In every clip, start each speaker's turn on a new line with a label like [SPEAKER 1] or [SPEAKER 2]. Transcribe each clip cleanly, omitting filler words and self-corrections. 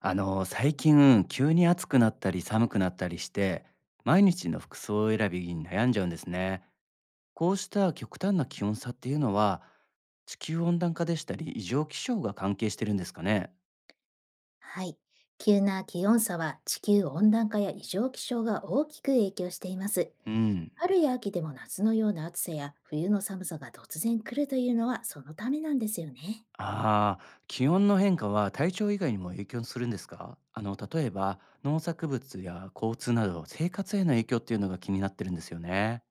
[SPEAKER 1] 最近、急に暑くなったり寒くなったりして、毎日の服装選びに悩んじゃうんですね。こうした極端な気温差っていうのは、地球温暖化でしたり、異常気象が関係してるんですかね。
[SPEAKER 2] はい。急な気温差は地球温暖化や異常気象が大きく影響しています。
[SPEAKER 1] うん。
[SPEAKER 2] 春や秋でも夏のような�暑さや冬の寒さが突然来るというのはそのためなんですよね。
[SPEAKER 1] ああ、気温の変化は体調以外にも影響するんですか？例えば、農作物や交通など、生活への影響っていうのが気になってるんですよね。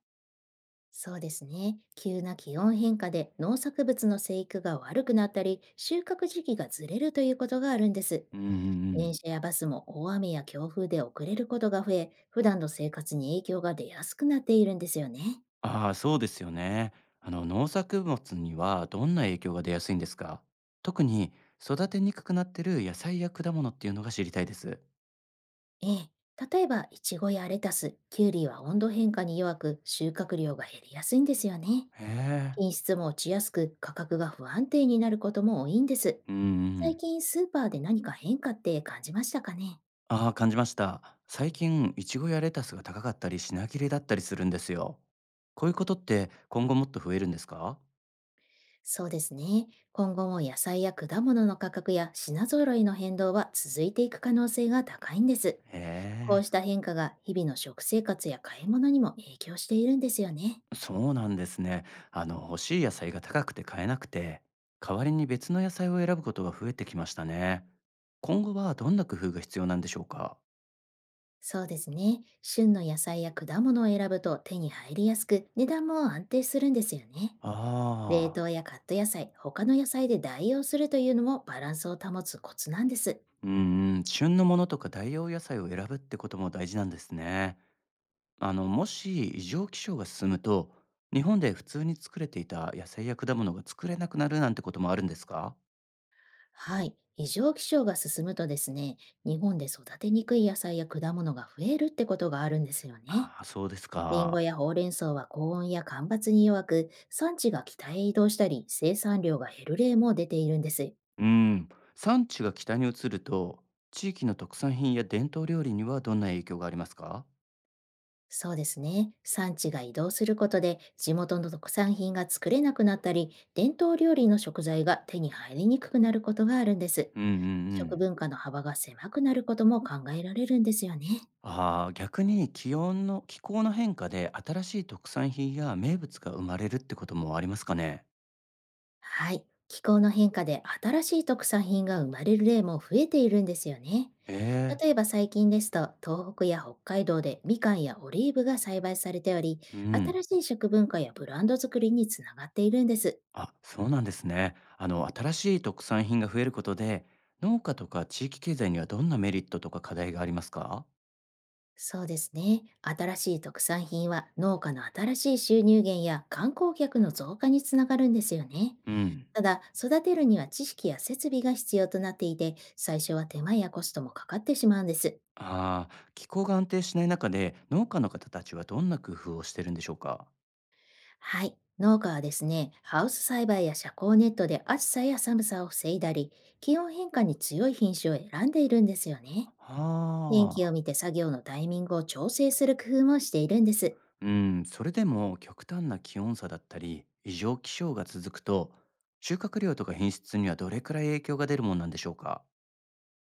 [SPEAKER 2] そうですね。急な気温変化で農作物の生育が悪くなったり、収穫時期がずれるということがあるんです。
[SPEAKER 1] うんうんう
[SPEAKER 2] 電
[SPEAKER 1] ん。
[SPEAKER 2] 車やバスも大雨や強風で遅れることが増え、普段の生活に影響が出やすくなっているんですよね。
[SPEAKER 1] ああ、そうですよね。あの農作物にはどんな影響が出やすいんですか？特に育てにくくなってる野菜や果物っていうのが知りたいです。
[SPEAKER 2] ええ、例えば、イチゴやレタス、キュウリは温度変化に弱く、収穫量が減りやすいんですよね。
[SPEAKER 1] へえ。
[SPEAKER 2] 品質も落ちやすく、価格が不安定になることも多いんです。
[SPEAKER 1] うんう
[SPEAKER 2] 最
[SPEAKER 1] ん。
[SPEAKER 2] 近、スーパーで何か変化って感じましたかね？
[SPEAKER 1] ああ、感じました。最近、イチゴやレタスが高かったり品切れだったりするんですよ。こういうことって今後もっと増えるんですか？
[SPEAKER 2] そうですね。今後も野菜や果物の価格や品揃いの変動は続いていく可能性が高いんです。
[SPEAKER 1] へ
[SPEAKER 2] こうし
[SPEAKER 1] え。
[SPEAKER 2] た変化が日々の食生活や買い物にも影響しているんですよね。
[SPEAKER 1] そうなんですね。あの欲しい野菜が高くて買えなくて、代わりに別の野菜を選ぶことが増えてきましたね。今後はどんな工夫が必要なんでしょうか？
[SPEAKER 2] そうですね。旬の野菜や果物を選ぶと手に入りやすく、値段も安定するんですよね。冷
[SPEAKER 1] ああ、
[SPEAKER 2] 凍やカット野菜、他の野菜で代用するというのもバランスを保つコツなんです。
[SPEAKER 1] うんうん、旬のものとか代用野菜を選ぶってことも大事なんですね。もし異常気象が進むと、日本で普通に作れていた野菜や果物が作れなくなるなんてこともあるんですか？
[SPEAKER 2] はい。異常気象が進むとですね、日本で育てにくい野菜や果物が増えるってことがあるんですよね。
[SPEAKER 1] ああー、そうです
[SPEAKER 2] リンゴ
[SPEAKER 1] か。
[SPEAKER 2] やほうれん草は高温や干ばつに弱く、産地が北へ移動したり、生産量が減る例も出ているんです。
[SPEAKER 1] うーん、産地が北に移ると、地域の特産品や伝統料理にはどんな影響がありますか？
[SPEAKER 2] そうですね。産地が移動することで地元の特産品が作れなくなったり、伝統料理の食材が手に入りにくくなることがあるんです。
[SPEAKER 1] うんうんう
[SPEAKER 2] 食
[SPEAKER 1] ん。
[SPEAKER 2] 文化の幅が狭くなることも考えられるんですよね。
[SPEAKER 1] ああ、逆に気温の気候の変化で新しい特産品や名物が生まれるってこともありますかね？
[SPEAKER 2] はい。気候の変化で新しい特産品が生まれる例も増えているんですよね。
[SPEAKER 1] ええ、
[SPEAKER 2] 例えば最近ですと、東北や北海道でみかんやオリーブが栽培されており、
[SPEAKER 1] うん。
[SPEAKER 2] 新しい食文化やブランド作りにつながっているんです。
[SPEAKER 1] あ、そうなんですね。新しい特産品が増えることで、農家とか地域経済にはどんなメリットとか課題がありますか？
[SPEAKER 2] そうですね。新しい特産品は農家の新しい収入源や観光客の増加につながるんですよね。
[SPEAKER 1] うん。
[SPEAKER 2] ただ、育てるには知識や設備が必要となっていて、最初は手間やコストもかかってしまうんです。
[SPEAKER 1] ああ、気候が安定しない中で農家の方たちはどんな工夫をしてるんでしょうか？
[SPEAKER 2] はい。農家はですね、ハウス栽培や遮光ネットで暑さや寒さを防いだり、気温変化に強い品種を選んでいるんですよね。天
[SPEAKER 1] は
[SPEAKER 2] 気を
[SPEAKER 1] あ。
[SPEAKER 2] 見て作業のタイミングを調整する工夫もしているんです。
[SPEAKER 1] うん、それでも極端な気温差だったり、異常気象が続くと、収穫量とか品質にはどれくらい影響が出るもんなんでしょうか？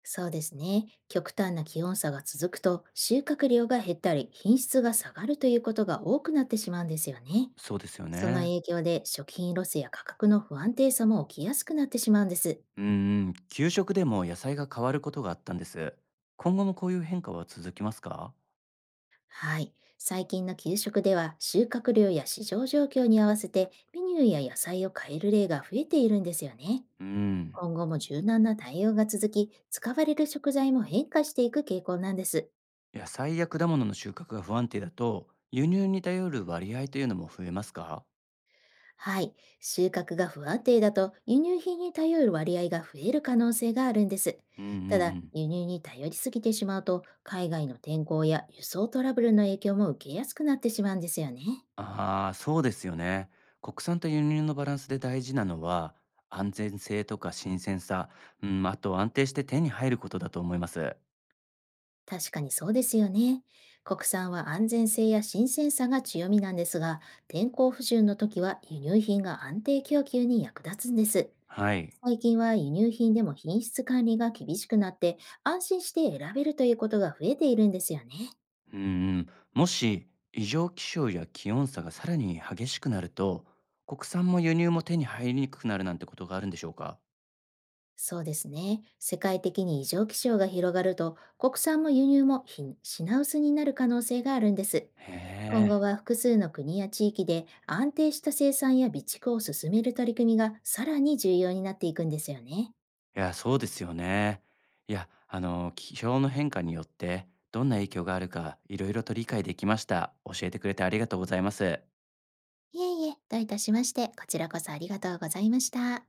[SPEAKER 2] そうですね。極端な気温差が続くと収穫量が減ったり品質が下がるということが多くなってしまうんですよね。
[SPEAKER 1] そうですよ
[SPEAKER 2] その
[SPEAKER 1] ね。
[SPEAKER 2] 影響で食品ロスや価格の不安定さも起きやすくなってしまうんです。
[SPEAKER 1] うんうん、給食でも野菜が変わることがあったんです。今後もこういう変化は続きますか？
[SPEAKER 2] はい。最近の給食では収穫量や市場状況に合わせてメニューや野菜を変える例が増えているんですよね。
[SPEAKER 1] うん。
[SPEAKER 2] 今後も柔軟な対応が続き、使われる食材も変化していく傾向なんです。
[SPEAKER 1] 野菜や果物の収穫が不安定だと、輸入に頼る割合というのも増えますか？
[SPEAKER 2] はい、収穫が不安定だと輸入品に頼る割合が増える可能性があるんです。
[SPEAKER 1] うん
[SPEAKER 2] た
[SPEAKER 1] うんう
[SPEAKER 2] だ、
[SPEAKER 1] ん。
[SPEAKER 2] 輸入に頼りすぎてしまうと、海外の天候や輸送トラブルの影響も受けやすくなってしまうんですよね。
[SPEAKER 1] ああ、そうですよね。国産と輸入のバランスで大事なのは、安全性とか新鮮さ、うん、あと安定して手に入ることだと思います。
[SPEAKER 2] 確かにそうですよね。国産は安全性や新鮮さが強みなんですが、天候不順の時は輸入品が安定供給に役立つんです。
[SPEAKER 1] はい。
[SPEAKER 2] 最近は輸入品でも品質管理が厳しくなって、安心して選べるということが増えているんですよね。
[SPEAKER 1] うんうん、もし、異常気象や気温差がさらに激しくなると、国産も輸入も手に入りにくくなるなんてことがあるんでしょうか？
[SPEAKER 2] そうですね。世界的に異常気象が広がると、国産も輸入もひ品薄になる可能性があるんです。
[SPEAKER 1] へ
[SPEAKER 2] 今
[SPEAKER 1] え。
[SPEAKER 2] 後は複数の国や地域で安定した生産や備蓄を進める取り組みがさらに重要になっていくんですよね。
[SPEAKER 1] いや、そうですよね。いや、気象の変化によって、どんな影響があるか、いろいろと理解できました。教えてくれてありがとうございます。
[SPEAKER 2] いえいえ、どういたしまして、こちらこそありがとうございました。